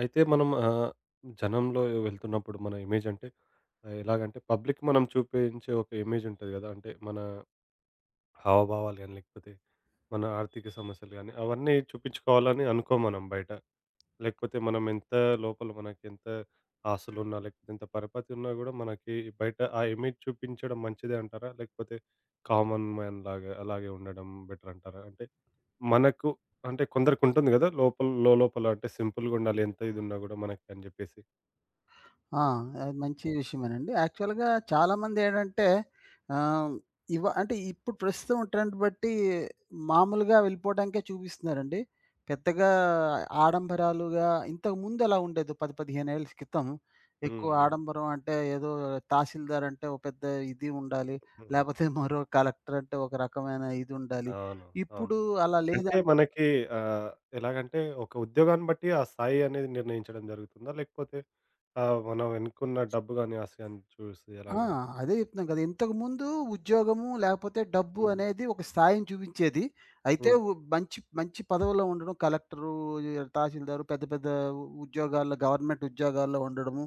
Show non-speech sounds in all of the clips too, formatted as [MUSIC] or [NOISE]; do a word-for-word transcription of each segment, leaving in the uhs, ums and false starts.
అయితే మనం ఆహ్, జనంలో వెళ్తున్నప్పుడు మన ఇమేజ్ అంటే ఆహ్, ఎలాగంటే పబ్లిక్ మనం చూపించే ఒక ఇమేజ్ ఉంటది గదా! అంటే మన హావభావాలు గాని, లేకపోతే మన ఆర్థిక సమస్యలు గాని, అవన్నీ చూపించుకోవాలని అనుకోం మనం బయట. లేకపోతే మనం ఎంత లోపల మనకెంత ఆస్తులున్నా, లేకపోతే ఎంత పరపతి ఉన్నా గూడా మనకి బయట ఆ ఇమేజ్ చూపించడం మంచిదే అంటారా? లేకపోతే కామన్ మ్యాన్ లాగా అలాగే ఉండడం బెటర్ అంటారా? అంటే మనకు అంటే కొందరికుంటుంది గదా! లోపల లోలోపల అంటే సింపుల్‌గుండాలి ఎంత ఇదున్నా గూడా మనకి అని జెప్పేసి. ఆ! అది మంచి హ్మ్. విషయమేనండి. యాక్చువల్‌గా చాలామంది ఏంటంటే ఆహ్, ఇవ అంటే ఇప్పుడు ప్రస్తుతం ట్రెండ్ బట్టి మామూలుగా వెళ్ళిపోవడానికే చూపిస్తున్నారండి. పెద్దగా ఆడంబరాలుగా ఇంతకుముందు ఎలా ఉండేదో పది, పదిహేను ఏళ్ల క్రితం హ్మ్. ఎక్కువ హ్మ్. ఆడంబరం అంటే ఏదో తహసీల్దార్ అంటే ఒక పెద్ద ఇది ఉండాలి. హుహు. లేపోతే మరో కలెక్టర్ అంటే ఒక రకమైన ఇది ఉండాలి. అవును. అవును. ఇప్పుడు అలా అంటే లేదండి. మనకి ఆహ్, ఎలాగంటే ఒక ఉద్యోగాన్ని బట్టి ఆ స్థాయి అనేది నిర్ణయించడం జరుగుతుందా? లేకపోతే ఆహ్, మనం వెనుకున్న డబ్బు గాని ఆశ గాని చూసి ఆ! అలాగా? అదే చెప్తున్నాను కదా! ఇంతకుముందు ఉద్యోగము లేకపోతే డబ్బు హ్మ్. అనేది ఒక స్థాయిని చూపించేది. అయితే హ్మ్. ఉ మంచి మంచి పదవిలో ఉండడం కలెక్టరు, తహసీల్దారు పెద్ద పెద్ద ఉద్యోగాల్లో గవర్నమెంట్ ఉద్యోగాల్లో ఉండడము.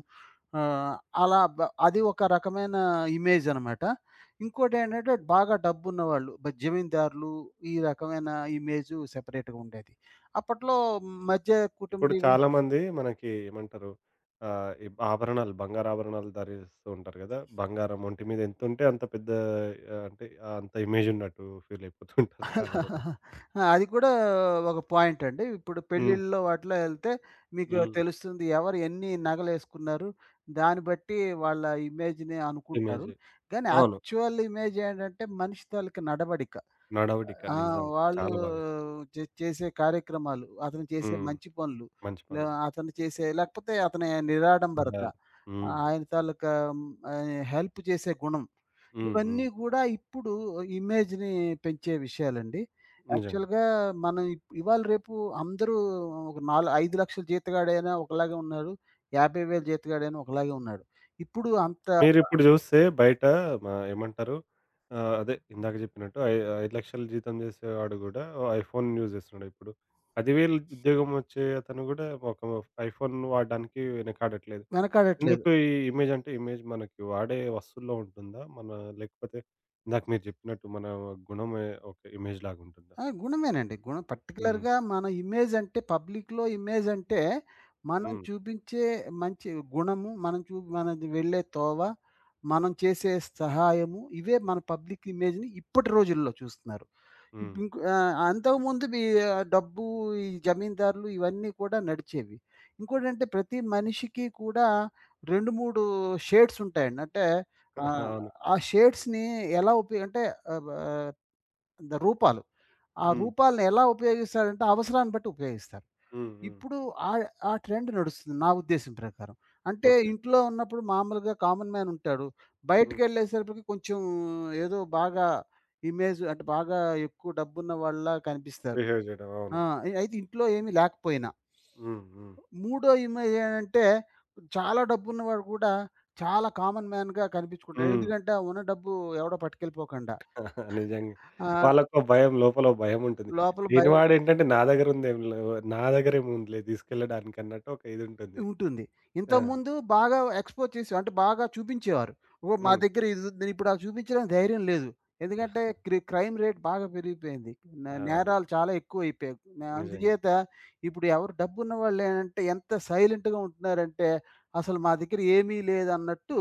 ఆహ్, అలా బ అది ఒక రకమైన ఇమేజ్ అనమాట. ఇంకోటేంటంటే బాగా డబ్బున్నవాళ్ళు బ జమీందారులు ఈ రకమైన ఇమేజు సెపరేట్‌గా ఉండేది. అప్పట్లో మధ్య ఇప్పుడు కుటుంబీ చాలామంది మనకి ఏమంటారు? ఆహ్, ఈ ఆభరణాలు, బంగారు ఆభరణాలు ధరిస్తూ ఉంటారు గదా! బంగారం ఒంటి మీద ఎంతుంటే అంత పెద్ద ఆహ్, అంటే ఆ అంత ఇమేజ్ ఉన్నట్టు ఫీల్ అయిపోతూ ఉంటారు చాలామంది. ఆ! అది కూడా ఒక పాయింటండి. ఇప్పుడు హ్మ్. పెళ్ళిళ్ళలో వాటిలో ఎళ్తే మీకు హ్మ్. తెలుస్తుంది. ఎవరు ఎన్ని నగలేసుకున్నారు, దాన్ని బట్టి వాళ్ళ ఇమేజ్‌ని అనుకుంటారు. ఇమేజ్. కానీ అవును. యాక్చువల్ ఇమేజ్ ఏంటంటే మనిషి తాలూకు నడవడిక. నడవడిక ఆ! నిజంగా. వాళ్ళు చాలా బాగా చే చేసే కార్యక్రమాలు, అతను చేసే హ్మ్. మంచి పనులు, మంచి లే పనులు. అతను చేసే లేకపోతే అతని నిరాడంబరత, సమయాలు. హ్మ్. ఆయన తాలూకా హ్మ్, ఆహ్, హెల్ప్ చేసే గుణం, హ్మ్. హ్మ్. ఇవన్నీ గూడా ఇప్పుడు ఇమేజ్‌ని పెంచే విషయాలండి. నిజంగా. యాక్చువల్‌గా మనం ఇప్ ఇవాళ రేపు అందరూ ఒక నాలు అయిదు లక్షల జీతగాడైనా ఒకలాగే ఉన్నారు. యాభై వేల జీతగాడైనా ఒకలాగే ఉన్నాడు. ఇప్పుడు అంత మీరిప్పుడు జూస్తే బయట మా ఏమంటారు? ఆహ్, అదే ఇందాక జెప్పినట్టు ఐ ఐదు లక్షల జీతం జేసేవాడు గూడా ఐఫోన్ యూజ్ జేస్తున్నాడు ఇప్పుడు. పది వేల ఉద్యోగం వచ్చే అతను గూడా ఒక ఐఫోన్ వాడడానికి వెనకాడట్లేదు. వెనకాడట్లేదు. ఎందుకు ఈ ఇమేజ్ అంటే ఇమేజ్ మనకి వాడే వస్తువుల్లో ఉంటుందా? మన లేకపోతే ఇందాక మీరు జెప్పినట్టు మన గుణమే ఒక ఇమేజ్ లాగుంటుందా? ఆ! గుణమేనండి. గుణం హ్మ్. పర్టిక్యులర్‌గా మన ఇమేజ్ అంటే పబ్లిక్‌లో ఇమేజ్ అంటే మనం హ్మ్. చూపించే మంచి గుణము, మనం చూ మనది వెళ్ళే తోవ, మనం చేసే సహాయము ఇవే మన పబ్లిక్ ఇమేజ్‌ని ఇప్పటి రోజుల్లో చూస్తున్నారు. హ్మ్. ఇప్పుడు ఇంకో ఆహ్, అంతకుముందు మీ ఆహ్, డబ్బు ఈ జమీందారులు ఇవన్నీ కూడా నడిచేవి. ఇంకోటంటే ప్రతి మనిషికి కూడా రెండు, మూడు షేడ్స్ ఉంటాయండి. అంటే [LAUGHS] ఆహ్, అవును. ఆ షేడ్స్‌ని ఎలా ఉపయోగ అంటే ఆహ్, బా ద రూపాలు. ఆ హ్మ్. రూపాలను ఎలా ఉపయోగిస్తారంటే అవసరాన్ని బట్టి ఉపయోగిస్తారు. హ్మ్. హ్మ్. ఇప్పుడు ఆ ఆ ట్రెండ్ నడుస్తుంది నా ఉద్దేశం ప్రకారం. అంటే ఓకే. ఇంట్లో ఉన్నప్పుడు మామూలుగా కామన్ మ్యాన్ ఉంటాడు. హ్మ్. బయటికెళ్ళేసరికి కొంచెం ఏదో బాగా ఇమేజ్ అంటే బాగా ఎక్కువ డబ్బున్న వాళ్ళలా కనిపిస్తారు. బిహేవ్ జేయడం. ఆ! అవును. అయితే ఇంట్లో ఏమీ లేకపోయినా. హ్మ్. హ్మ్. మూడో ఇమేజ్ ఏంటంటే చాలా డబ్బున్నవాడు కూడా చాలా కామన్ మ్యాన్‌గా కనిపించుకుంటాడు. హ్మ్. ఎందుకంటే ఆ ఉన్న డబ్బు ఎవడో పట్టుకెళ్ళిపోకుండా. నిజంగా. ఆహ్, వాళ్ళకో భయం లోపల ఓ భయముంటుంది. లోపల భయ లేనివాడేంటంటే నా దగ్గరుందేం లేవు నా దగ్గరేముందిలే తీసుకెళ్ళడానికి అన్నట్టు ఒక ఇదుంటుంది. ఉంటుంది. ఆ! ఇంతకుముందు బాగా ఎక్స్‌పోజ్ చేసేవారు. అంటే బాగా చూపించేవారు. ఓ మా హ్మ్. దగ్గర ఇదుంది. నేనిప్పుడు అది చూపించడానికి ధైర్యం లేదు. ఎందుకంటే క్రి క్రైమ్ రేట్ బాగా పెరిగిపోయింది. న అవును. నేరాలు చాలా ఎక్కువైపోయాయి. న నిజంగా. అందుచేత ఇప్పుడు ఎవరు డబ్బున్న వాళ్ళేంటంటే ఎంత సైలెంట్‌గా ఉంటున్నారంటే, అసలు మా దగ్గర ఏమీ లేదన్నట్టు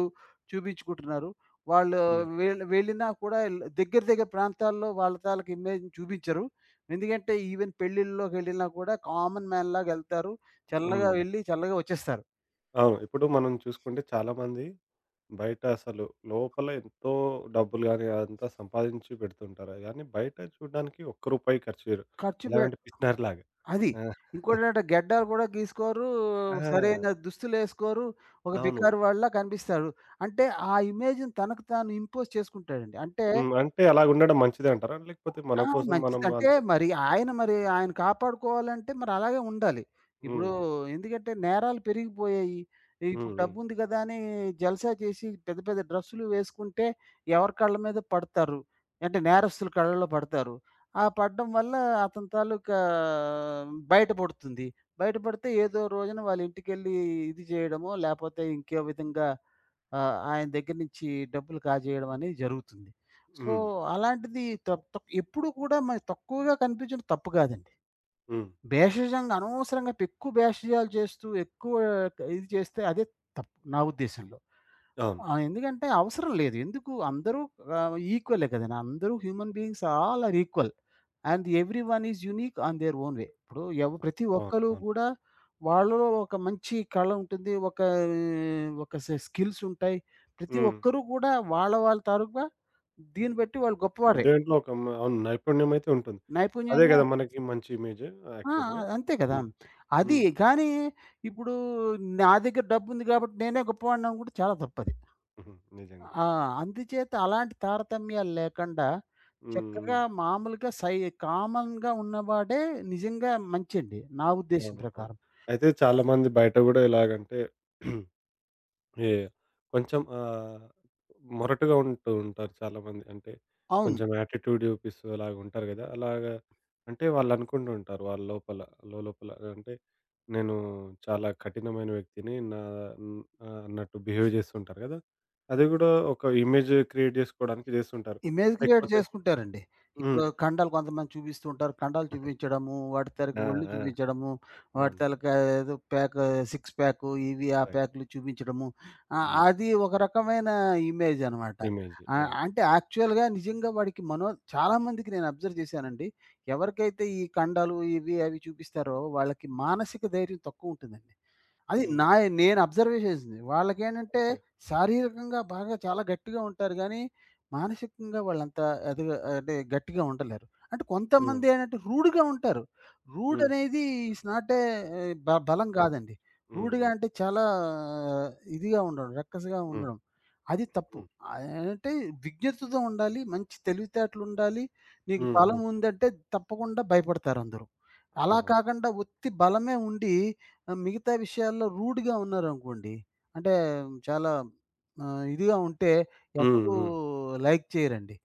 చూపించుకుంటున్నారు. వాళ్ళు హ్మ్. వెళ్ వెళ్ళినా కూడా ఎల్ దగ్గర దగ్గర ప్రాంతాల్లో వాళ్ళ తాలూకు ఇమేజ్‌ని చూపించరు. ఎందుకంటే ఈవెన్ పెళ్ళిళ్ళలోకెళ్ళినా కూడా కామన్ మ్యాన్‌లాగా ఎళ్తారు. చల్లగా హ్మ్. వెళ్ళి చల్లగా వచ్చేస్తారు. అవును. ఇప్పుడు మనం చూసుకుంటే చాలామంది బయట అసలు లోపల ఎంతో డబ్బులు గాని అదంతా సంపాదించి పెడుతుంటారు. గానీ బయట చూడడానికి ఒక్క రూపాయి ఖర్చు చేయరు. ఖర్చు పెట్ ఎలాగంటే పిసినారిలాగా. అది. ఆ! ఇంకోటేంటంటే గెడ్డాలు కూడా గీసుకోరు, ఆ! సరైన దుస్తులేసుకోరు, ఒక అవును. బికారి వాళ్ళలా కనిపిస్తాడు. అంటే ఆ ఇమేజ్‌ని తనకు తాను ఇంపోజ్ చేసుకుంటాడండి. అంటే హ్మ్. అంటే అలాగుండడం మంచిదే అంటారా? లేకపోతే మన ఆ! కోసం మనం మంచిదంటే అంత మరి ఆయన మరి ఆయన కాపాడుకోవాలంటే మరి అలాగే ఉండాలి. ఇప్పుడు హ్మ్. ఎందుకంటే నేరాలు పెరిగిపోయాయి. హ్మ్. ఇప్పుడు హ్మ్. డబ్బుంది కదా అని జల్సా చేసి పెద్ద పెద్ద డ్రెస్సులు వేసుకుంటే ఎవరి కళ్ళ మీద పడతారు. అంటే నేరస్తుల కళ్ళలో పడతారు. ఆ పడడం వల్ల అతని తాలూకా బయటపడుతుంది. బయటపడితే ఏదో రోజున వాళ్ళ ఇంటికెళ్ళి ఇది చేయడమో, లేపోతే ఇంకో విధంగా ఆహ్, ఆయన దగ్గర నుంచి డబ్బులు కాజేయడం అనేది జరుగుతుంది. సో, హ్మ్. అలాంటిది తప్ తప్ ఎప్పుడు కూడా మనకి తక్కువగా కనిపించడం తప్పు కాదండి. హ్మ్. భేషజంగా అనవసరంగా ఎక్కువ భేషజాలు చేస్తూ, ఎక్కువ ఇది చేస్తే అదే తప్పు నా ఉద్దేశంలో. అవును. ఆ! ఎందుకంటే అవసరం లేదు. ఎందుకు అందరూ ఆహ్, ఈక్వలే కదండీ. అందరూ human beings all are equal. And everyone is unique on their own way. ఇప్పుడు ఎవ్ ప్రతి అవును. ఒక్కళ్ళు అవును. కూడా వాళ్ళలో ఒక మంచి కళ ఉంటుంది. ఒక ఒక స స్కిల్స్ ఉంటాయి. ప్రతి హ్మ్. ఒక్కరు కూడా వాళ్ళ వాళ్ళ తాలూకా దీన్ని బట్టి వాళ్ళు గొప్పవారే. దేంట్లో ఒక మ అవును. నైపుణ్యమైతే ఉంటుంది. అదే నైపుణ్యంగా గదా! మనకి మంచి ఇమేజ్ ఆ! ఆ! యాక్చువల్‌గా. అంతే కదా! హ్మ్. అది హ్మ్. కానీ ఇప్పుడు నా దగ్గర డబ్బుంది కాబట్టి నేనే గొప్పవాడిని అనుకుంటే చాలా తప్పది. హుహు. నిజంగా. ఆ! అందుచేత అలాంటి తారతమ్యాలు లేకుండా హ్మ్. హ్మ్. చక్కగా మామూలుగా సై కామన్‌గా ఉన్నవాడే నిజంగా మంచండి. నా ఉద్దేశం అవును. అవును. ప్రకారం. అయితే చాలామంది బయట గూడా ఎలాగంటే ఏ కొంచెం ఆహ్, మొరటుగా ఉంటూ ఉంటారు చాలామంది. అంటే అవును. కొంచెం యాటిట్యూడ్ చూపిస్తూ అలాగ ఉంటారు గదా! అలాగా అంటే వాళ్ళనుకుంటూ ఉంటారు వాళ్ళ లోపల, లోలోపల అంటే నేను చాలా కఠినమైన వ్యక్తిని నా హ్మ్, ఆహ్, అన్నట్టు బిహేవ్ చేస్తుంటారు గదా! అది గూడా ఒక ఇమేజ్ క్రియేట్ జేసుకోవడానికి జేస్తుంటారు. ఇమేజ్ క్రియేట్ లేకపోతే చేసుకుంటారండి. ఇప్పుడు హ్మ్. కండాలు కొంతమంది చూపిస్తూ ఉంటారు. కండాలు చూపించడము, వాటి తాలూకు ఆ! ఒళ్ళు ఆ! చూపించడము, వాటి అవును. తాలూకా ఏదో ప్యాక్ సిక్స్ ప్యాక్ ఇవి ఆ ఎగ్జాక్ట్. ప్యాక్‌లు చూపించడము. ఆహ్, హ్మ్. అది ఒక రకమైన ఇమేజ్ అనమాట. ఇమేజ్. ఆహ్, యాహ్! అంటే యాక్చువల్‌గా నిజంగా వాడికి మనో చాలామందికి నేను అబ్జర్వ్ చేశానండి. ఎవరికైతే ఈ కండాలు ఇవి అవి చూపిస్తారో వాళ్ళకి మానసిక ధైర్యం తక్కువ ఉంటుందండి. అది హ్మ్. నా నేను అబ్జర్వ్ చేసింది. వాళ్ళకేంటంటే ఓకే. శారీరకంగా బాగా చాలా గట్టిగా ఉంటారు గానీ, మానసికంగా వాళ్ళంత ఎదగ అంటే గట్టిగా ఉండలేరు. అంటే హ్మ్. కొంతమంది ఏంటంటే రూడ్‌గా ఉంటారు. రూడ్ హ్మ్. అనేది ఇట్స్ నాట్ ఏ బ బలం హ్మ్. కాదండి. హ్మ్. రూడ్‌గా హ్మ్. అంటే చాలా ఇదిగా ఉండడం, రక్కసగా ఉండడం. అది తప్పు. హ్మ్. ఆహ్, అంటే విజ్ఞతతో ఉండాలి. మంచి తెలివితేటలుండాలి. నీకు బలం హ్మ్. ఉందంటే తప్పకుండా భయపడతారందరూ. అలా హ్మ్. కాకుండా ఉత్తి బలమే ఉండి ఆ! మిగతా విషయాల్లో రూడ్‌గా ఉన్నారనుకోండి. అంటే చాలా ఆహ్, ఇదిగా ఉంటే హ్మ్. ఎవరు హ్మ్. లైక్ చేయరండి.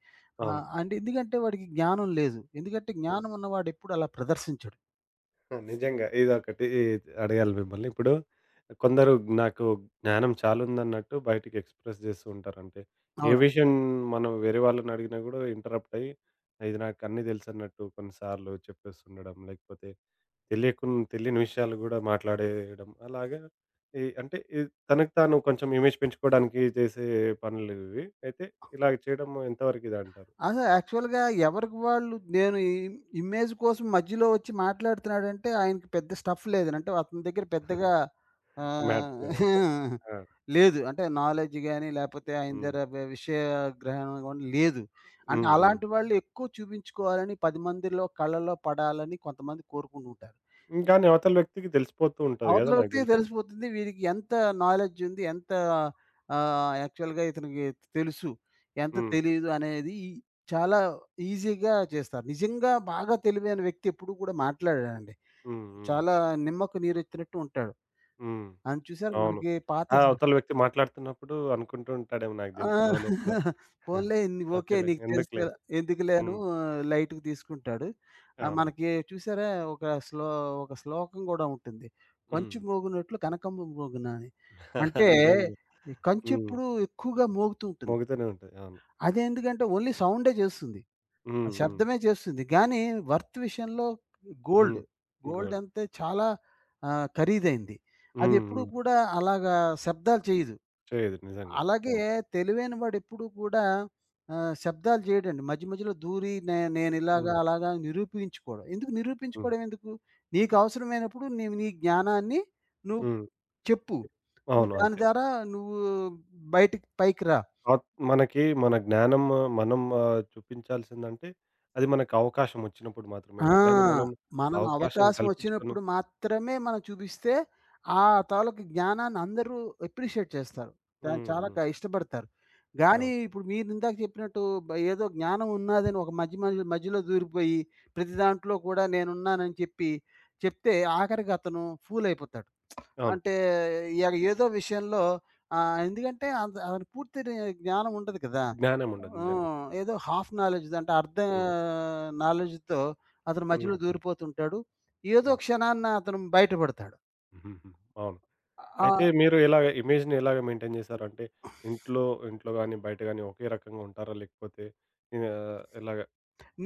అవును. ఆహ్, అంటే ఎందుకంటే వాడికి జ్ఞానం లేదు. ఎందుకంటే హ్మ్. జ్ఞానం ఉన్నవాడు ఎప్పుడు అలా ప్రదర్శించడు. ఆ! నిజంగా ఇదొకటి అడగాలి మిమ్మల్ని. ఇప్పుడు కొందరు నాకు జ్ఞానం చాలుందన్నట్టు బయటికి ఎక్స్‌ప్రెస్ చేస్తూ ఉంటారు. అంటే ఏ అవునా? విషయం మనం వేరే వాళ్ళని అడిగినా గూడా ఇంటరప్ట్ అయ్యి, ఇది నాకు అన్నీ తెలుసన్నట్టు కొన్నిసార్లు చెప్పేస్తుండడం, లేకపోతే తెలియకున్ తెలియని విషయాలు గూడా మాట్లాడేయడం. అలాగా ఈ అంటే ఈ తనకు తాను కొంచెం ఇమేజ్ పెంచుకోవడానికి చేసే పనులు ఇవి. అయితే ఇలాగ చేయడం ఎంతవరకు ఇదంటారు? అసలు యాక్చువల్‌గా ఎవరికి వాళ్ళు నేను ఈ ఇమేజ్ కోసం మధ్యలో వచ్చి మాట్లాడుతున్నాడంటే ఆయనకి పెద్ద స్టఫ్ లేదు. అంటే అతని దగ్గర పెద్దగా [LAUGHS] ఆహ్, మ్యాటర్ లేదంటారు. [LAUGHS] ఆ! లేదు. అంటే నాలెడ్జ్ గాని లేపోతే ఆయన హ్మ్. దగ్గర వి విషయ గ్రహణం గాని లేదు. అంటే హ్మ్. హ్మ్. అలాంటి వాళ్ళు ఎక్కువ చూపించుకోవాలని పది మందిలో కళ్ళలో పడాలని కొంతమంది కోరుకుంటూ ఉంటారు. హ్మ్. కానీ అవతల వ్యక్తికి తెలిసిపోతూ ఉంటది అవతల గదా! నాకు వ్యక్తికి దెలిసి. తెలిసిపోతుంది. వీడికి ఎంత నాలెడ్జ్ ఉంది. ఎంత ఆహ్, యాక్చువల్‌గా ఇతనికి తెలుసు. ఎంత హ్మ్. తెలీదు అనేది చాలా ఈజీగా చేస్తారు. నిజంగా బాగా తెలివైన వ్యక్తి ఎప్పుడూ కూడా మాట్లాడడండి. హ్మ్. హ్మ్. చాలా నిమ్మకు నీరెత్తినట్టు ఉంటాడు. హ్మ్. ఆయన చూసారా అవును. మనకి పాత ఆ! సి అవతల వ్యక్తి మాట్లాడుతున్నప్పుడు అనుకుంటూ ఉంటాడేమో నాకు ఆ! దెలిసి లోలోపల. [LAUGHS] పోన్లే ని ఓకే. ఓకేలే. నీకు తెలుసు ఎందుకులే. కదా! ఎందుకులే అను హ్మ్. లైట్‌గా తీసుకుంటాడు. ఆహ్, అవును. మనకి చూసారా ఒక శ్లో ఒక శ్లోకం గూడా ఉంటుంది. హ్మ్. "కంచు మోగినట్లు కనకంబ మోగునా" అని. [LAUGHS] అంటే నిజంగా. ఈ కంచె హ్మ్. ఎప్పుడు ఎక్కువగా మోగుతూ ఉంటుంది. మోగుతూనే ఉంటది. అవును. అదెందుకంటే ఓన్లీ సౌండే చేస్తుంది. ఆ హ్మ్. హ్మ్. శబ్దమే చేస్తుంది. గానీ వర్త్ విషయంలో గోల్డ్, హ్మ్. Gold good. అంతే చాలా ఆహ్, ఖరీదైంది. హ్మ్. అదెప్పుడూ హ్మ్. కూడా అలాగా శబ్దాలు చేయదు. చేయదు నిజంగా. అలాగే అవును. తెలివైన వాడు ఎప్పుడూ కూడా ఆహ్, శబ్దాలు చేయడండి. మధ్య మధ్యలో దూరి నే నేనిలాగా, హ్మ్. అలాగా నిరూపించుకోవడం. ఎందుకు హ్మ్. నిరూపించుకోవడం ఎందుకు? నీకు అవసరమైనప్పుడు నీవు నీ జ్ఞానాన్ని నువ్వు హ్మ్. చెప్పు. నువ్వు అవును. దాని అంతే. ద్వారా నువ్వు బయటికి పైకి రా. ఆత్ మనకి మన జ్ఞానం ఆ, మనం ఆహ్, చూపించాల్సిందంటే, అది మనకు అవకాశం వచ్చినప్పుడు మాత్రమే. ఆ! కానీ మనం మనం అవకాశం అవకాశం కల్పించుకొని వచ్చినప్పుడు మాత్రమే మనం చూపిస్తే, ఆ తాలూకు జ్ఞానాన్ని అందరూ అప్రిషియేట్ చేస్తారు. దాన్ని హ్మ్. చాలా హ్మ్. క ఇష్టపడతారు. గానీ అవును. ఇప్పుడు మీరు ఇందాక చెప్పినట్టు బ ఏదో జ్ఞానం ఉన్నాదని ఒక మధ్య మధ్య మధ్యలో దూరిపోయి, ప్రతి దాంట్లో కూడా నేనున్నానని చెప్పి, చెప్తే ఆఖరికి అతను ఫూలయిపోతాడు. అవును. అంటే ఇగ ఏదో విషయంలో ఆహ్, ఎందుకంటే అంత ఆమెకు పూర్తి రి జ్ఞానం ఉండదు కదా! జ్ఞానం ఉండదు నిజంగా. హ్మ్. ఏదో హాఫ్ నాలెడ్జ్ అంటే అర్ధ హ్మ్. నాలెడ్జ్‌తో అతను హ్మ్. మధ్యలో హ్మ్. దూరిపోతుంటాడు. ఏదో అవును. క్షణాన అతను బయటపడతాడు. [LAUGHS] హుహుహు. అవును. ఆ! అయితే మీరు ఎలాగ ఇమేజ్‌ని ఎలాగ మెయింటైన్ చేశారు? అంటే ఇంట్లో ఇంట్లో గాని, బయట గాని ఒకే రకంగా ఉంటారా? లేకపోతే ఆహ్, ఎలాగ?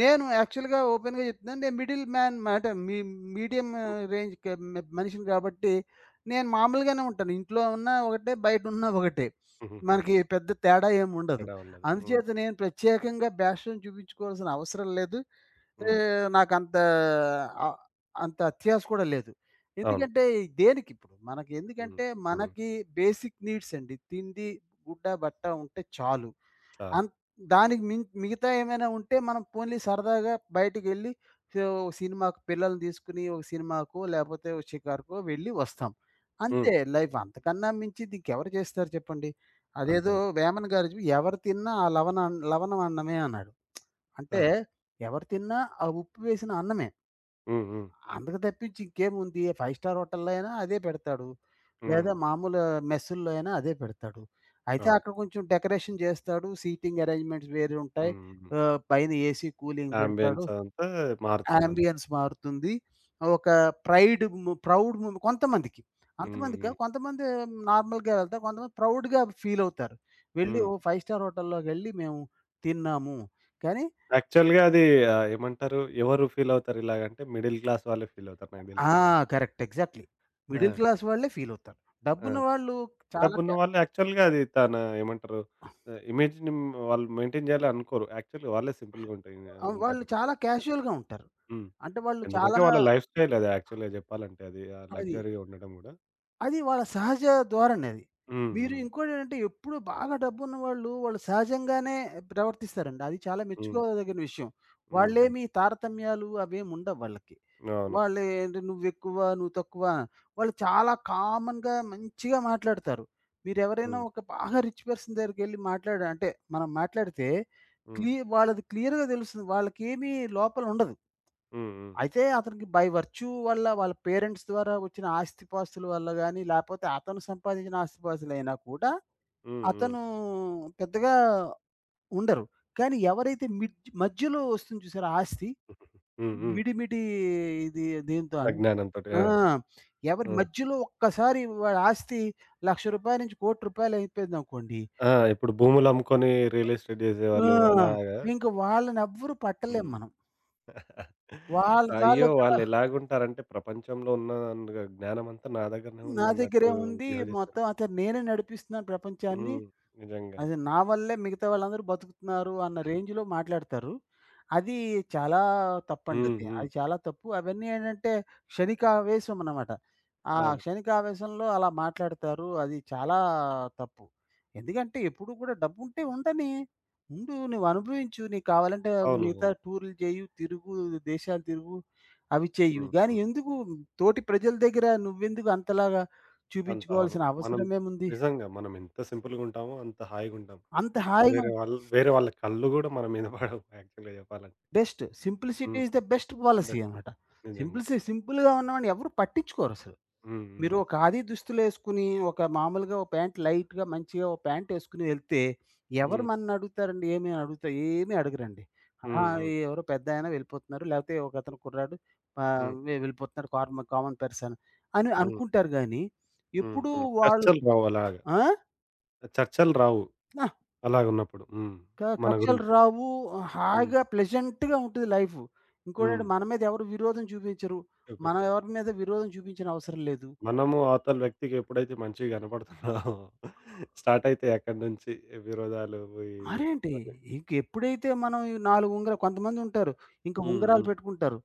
నేను యాక్చువల్‌గా ఓపెన్‌గా చెప్తున్నాను. నేను మిడిల్ మ్యాన్ మాట మీ మీడియం [LAUGHS] రేంజ్ క మ మనిషిని కాబట్టి, నేను మామూలుగానే ఉంటాను. ఇంట్లో ఉన్నా ఒకటే, బయటున్నా ఒకటే. హ్మ్. హుహుహు. మనకి పెద్ద తేడా ఏముండదు. తేడా ఉండదు. హ్మ్. అందుచేత నేను ప్రత్యేకంగా బ్యాష్‌ని చూపించుకోవాల్సిన అవసరం లేదు. ఏ హ్మ్. నాకంత ఆహ్, అంత అత్యాస కూడా లేదు. అవును. ఎందుకంటే దేనికిప్పుడు మనకి హ్మ్. ఎందుకంటే హ్మ్. మనకి బేసిక్ నీడ్స్ అండి. తిండి, గుడ్డ, బట్ట ఉంటే చాలు. చాలు. అంత్ దానికి మిం మిగతా ఏమైనా ఉంటే మనం పోన్లీ సరదాగా బయటికెళ్ళి సో, ఒక సినిమాకు పిల్లల్ని తీసుకొని ఒక సినిమాకో లేపోతే ఒక షికారుకో వెళ్ళి వస్తాం. హ్మ్. అంతే లైఫ్ అంతకన్నా మించింది ఇంకెవరు చేస్తారు చెప్పండి. అదేదో అంతే. వేమన గారు చెప్పి, "ఎవరు తిన్నా ఆ లవణ అన్- లవణం అన్నమే" అన్నాడు. అంటే ఆ! ఎవరు తిన్నా ఆ ఉప్పు వేసిన అన్నమే. హ్మ్. హ్మ్. అంతకు తప్పించి ఇంకేముంది? ఫైవ్ స్టార్ హోటల్‌లో అయినా అదే పెడతాడు. హ్మ్. లేదా మామూలు మెస్సుల్లో అయినా అదే పెడతాడు. అయితే అవును. అక్కడ కొంచెం డెకరేషన్ చేస్తాడు. సీటింగ్ అరేంజ్‌మెంట్స్ వేరే ఉంటాయి. హ్మ్. హ్మ్. ఆహ్, పైన ఏసీ కూలింగ్ పెడతాడు. యాంబియన్స్ అదంతా మారుతుందంతే. యాంబియన్స్ మారుతుంది. ఒక ప్రైడ్ ము ప్రౌడ్ ము కొంతమందికి. హ్మ్. అంతమంది కాదు. హ్మ్. కొంతమంది నార్మల్‌గా వెళ్తారు. కొంతమంది ప్రౌడ్‌గా ఫీల్ అవుతారు. వెళ్ళి హ్మ్. ఓ ఫైవ్ స్టార్ హోటల్‌లోకెళ్ళి మేము తిన్నాము. కానీ యాక్చువల్‌గా అది ఆహ్, ఏమంటారు? ఎవరు ఫీలవుతారు ఇలాగంటే మిడిల్ క్లాస్ వాళ్ళే ఫీలవుతారు నాకు ఆ! దెలిసి ఇలాగ. కరెక్ట్. ఎగ్జాక్ట్‌లీ. ఆ! మిడిల్ క్లాస్ వాళ్ళే ఫీలవుతారు. ఆ! డబ్బున్న వాళ్ళు చాలా డబ్బున్న క్యా వాళ్ళు యాక్చువల్‌గా అది తన ఏమంటారు? ఆహ్, ఇమేజ్‌ని వాళ్ళు మెయింటైన్ జేయాలనుకోరు. యాక్చువల్‌గా వాళ్ళే సింపుల్‌గా ఉంటాయి ఆహ్, వాళ్ళు ఉంటారు. చాలా క్యాజుయల్‌గా ఉంటారు. హ్మ్. అంటే వాళ్ళు ఎందుకంటే చాలా వాళ్ళ లైఫ్ స్టైల్ అది యాక్చువల్‌గా జెప్పాలంటే అది ఆ అది లగ్జరీగా ఉండడం గూడా. అది వాళ్ళ సహజ ధోరణి అది. హ్మ్. మీరు హ్మ్. ఇంకోటేంటంటే ఎప్పుడు బాగా డబ్బున్న వాళ్ళు, వాళ్ళు సహజంగానే ప్రవర్తిస్తారండి. అది చాలా హ్మ్. మెచ్చుకోదగిన విషయం. హ్మ్. హ్మ్. వాళ్ళేమి తారతమ్యాలు అవేమి ఉండవు వాళ్ళకి. అవును. వాళ్ళు ఏంటి నువ్వెక్కువ, నువ్వు తక్కువ వాళ్ళు చాలా కామన్‌గా మంచిగా మాట్లాడతారు. మీరెవరైనా హ్మ్. ఒక బాగా రిచ్ పర్సన్ దగ్గరికెళ్లి మాట్లాడ అంటే మనం మాట్లాడితే హ్మ్. క్లి వాళ్ళది క్లియర్‌గా తెలుస్తుంది. వాళ్ళకేమీ లోపలుండదు. హ్మ్. హ్మ్. అయితే అతనికి బై వర్చ్యూ వల్ల వాళ్ళ పేరెంట్స్ ద్వారా వచ్చిన ఆస్తిపాస్తుల వల్ల గాని, లేపోతే అతను సంపాదించిన ఆస్తిపాస్తులైనా కూడా హ్మ్. హ్మ్. అతను పెద్దగా ఉండరు. కానీ ఎవరైతే మిడ్ మధ్యలో వస్తుంది చూసారా ఆస్తి, హ్మ్. హ్మ్. మిడిమిడి ఇది దీంతో అన్ అజ్ఞానంతోటి. ఆ! ఆ! ఎవరి హ్మ్. మధ్యలో ఒక్కసారి వాడి ఆస్తి రూ. ఒక లక్ష నుంచి రూ. ఒక కోటి అయిపోయిందనుకోండి. ఆ! ఇప్పుడు భూములమ్ముకొని రియల్ ఎస్టేట్ ఆ! జేసేవాళ్ళు అలాగా. ఇంక వాళ్ళనెవ్వరు పట్టలేం హ్మ్. మనం. వాళ్ళ అయ్యో! తాలూకా వాళ్ళెలాగుంటారంటే ప్రపంచంలో ఉన్న న్‌గ జ్ఞానమంతా నా దగ్గరనే నా ఉందన్నట్టు దగ్గరేముంది బిహేవ్ జేస్తారు. మొత్తం అతను నేనే నడిపిస్తున్నాను ప్రపంచాన్ని. హ్మ్. నిజంగా. అది నా వల్లే మిగతా వాళ్ళందరూ బతుకుతున్నారు అన్న రేంజ్‌లో మాట్లాడతారు. అది చాలా తప్పండి హ్మ్. అది. హ్మ్. అది చాలా తప్పు. అవన్నీ ఏంటంటే క్షణికావేశం అన్నమాట. ఆ అవును. క్షణికావేశంలో అలా మాట్లాడతారు. అది చాలా తప్పు. ఎందుకంటే ఎప్పుడు కూడా డబ్బుంటే ఉండని. ముందు నువ్వు అనుభవించు. నీకు కావాలంటే అవును. మిగతా అవును. టూర్‌లు చేయు, తిరుగు, దేశాలు తిరుగు అవి చెయ్యు. హ్మ్. గానీ హ్మ్. ఎందుకు తోటి ప్రజల దగ్గర నువ్వెందుకు అంతలాగా అంత అవును. చూపించుకోవాల్సిన మనం అవసరమేముంది? నిజంగా మనం ఎంత సింపుల్‌గుంటామో అంత హాయిగుంటాం. అంత హాయిగా వేరే వాళ్ళు వేరే వాళ్ళ కళ్ళు గూడా మన మీద పడవు యాక్చువల్‌గా జెప్పాలంటే. Best. Simplicity hmm. Is the best policy best. అనమాట. నిజంగా. సింప్లిసి సింపుల్‌గా ఉన్నామని ఎవరు పట్టించుకోరసలు. హ్మ్. మీరు హ్మ్. ఒక ఖాదీ దుస్తులేసుకొని, ఒక మామూలుగా ఒక ప్యాంట్ లైట్‌గా మంచిగా ఒక ప్యాంటేసుకొని వెళ్తే, ఎవరు హ్మ్. మననడుగుతారండి? ఏమి అడుగుతా ఏమి అడగరండి. ఆహా! హ్మ్. ఈ హ్మ్. ఎవరో పెద్దాయన వెళ్ళిపోతున్నారు. లేకపోతే ఒకతను కుర్రాడు ఆహ్, హ్మ్. వె వెళ్ళిపోతున్నాడు. కార్మ కామన్ పర్సన్ అని హ్మ్. అనుకుంటారు గానీ, హ్మ్. ఎప్పుడు హ్మ్. వాళ్ళు చర్చలు రావు అలాగా. ఆ! చర్చలు రావు అలాగున్నప్పుడు. హ్మ్. క మన కక్షలు గురించి. రావు. హ్మ్. హాయిగా ప్లెజెంట్‌గా ఉంటది లైఫు. హ్మ్. ఇంకోటేంటి మన మీద ఎవరు విరోధం చూపించరు. మనం చూపించరు. ఎవరి మీద విరోధం చూపించిన అవసరం లేదు. మనము అవతల వ్యక్తికి ఎప్పుడైతే మంచిగా కనపడుతున్నామో స్టార్ట్ అయితాయి అక్కడి నుంచి విరోధాలు ఇవి మరేంటి ఇవన్నీ. ఇంక ఎప్పుడైతే మనం ఈ నాలుగు ఉంగరాలు కొంతమందుంటారు. ఇంక హ్మ్. ఉంగరాలు హ్మ్. పెట్టుకుంటారు.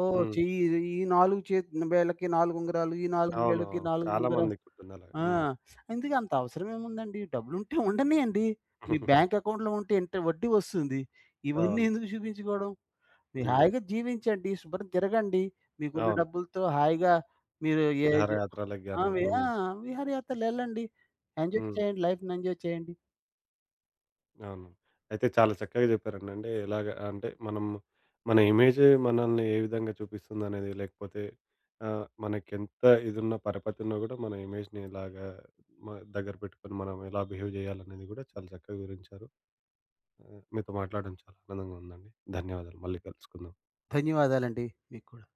ఓహ్! హ్మ్. చెయ్యి ఈ నాలుగు చేత్ వేళ్ళకి నాలుగు ఉంగరాలు, ఈ నాలుగు వేళ్ళకి అవునవును. నాలుగు చాలా ఉంగరాలు. మందికుంటుందలాగా. ఆ! హ్మ్. ఎందుకు అంత అవసరం ఏముందండి? డబ్బులుంటే ఉండనియండి. మీ బ్యాంక్ [LAUGHS] అకౌంట్‌లో ఉంటే ఇంత వడ్డీ వస్తుంది. ఇవన్నీ అవును. ఎందుకు చూపించుకోవడం? మీరు హ్మ్. హాయిగా జీవించండి. శుభ్రం తిరగండి. మీకున్న అవును. డబ్బులతో హాయిగా మీరు ఏ జ విహారయాత్రలకి ఆ! గాని. వి ఆ! హ్మ్. విహారయాత్రలెళ్ళండి. ఎంజాయ్ హ్మ్. చేయండి. లైఫ్‌ని ఎంజాయ్ చేయండి. అవును. అయితే చాలా చక్కగా చెప్పారండి. అంటే ఎలాగ అంటే మనం మన ఇమేజ్ మనల్ని ఏ విధంగా చూపిస్తుందనేది లేకపోతే ఆహ్, మనకెంత ఇదున్న పరపతి ఉన్నా గూడా మన ఇమేజ్‌ని ఇలాగా మ దగ్గర పెట్టుకొని మనం ఎలా బిహేవ్ జేయాలనేది గూడా చాలా చక్కగా వివరించారు. ఆహ్, మీతో మాట్లాడడం చాలా ఆనందంగా ఉందండి. ధన్యవాదాలు. మళ్ళీ కలుసుకుందాం. ధన్యవాదాలండి మీకు కూడా.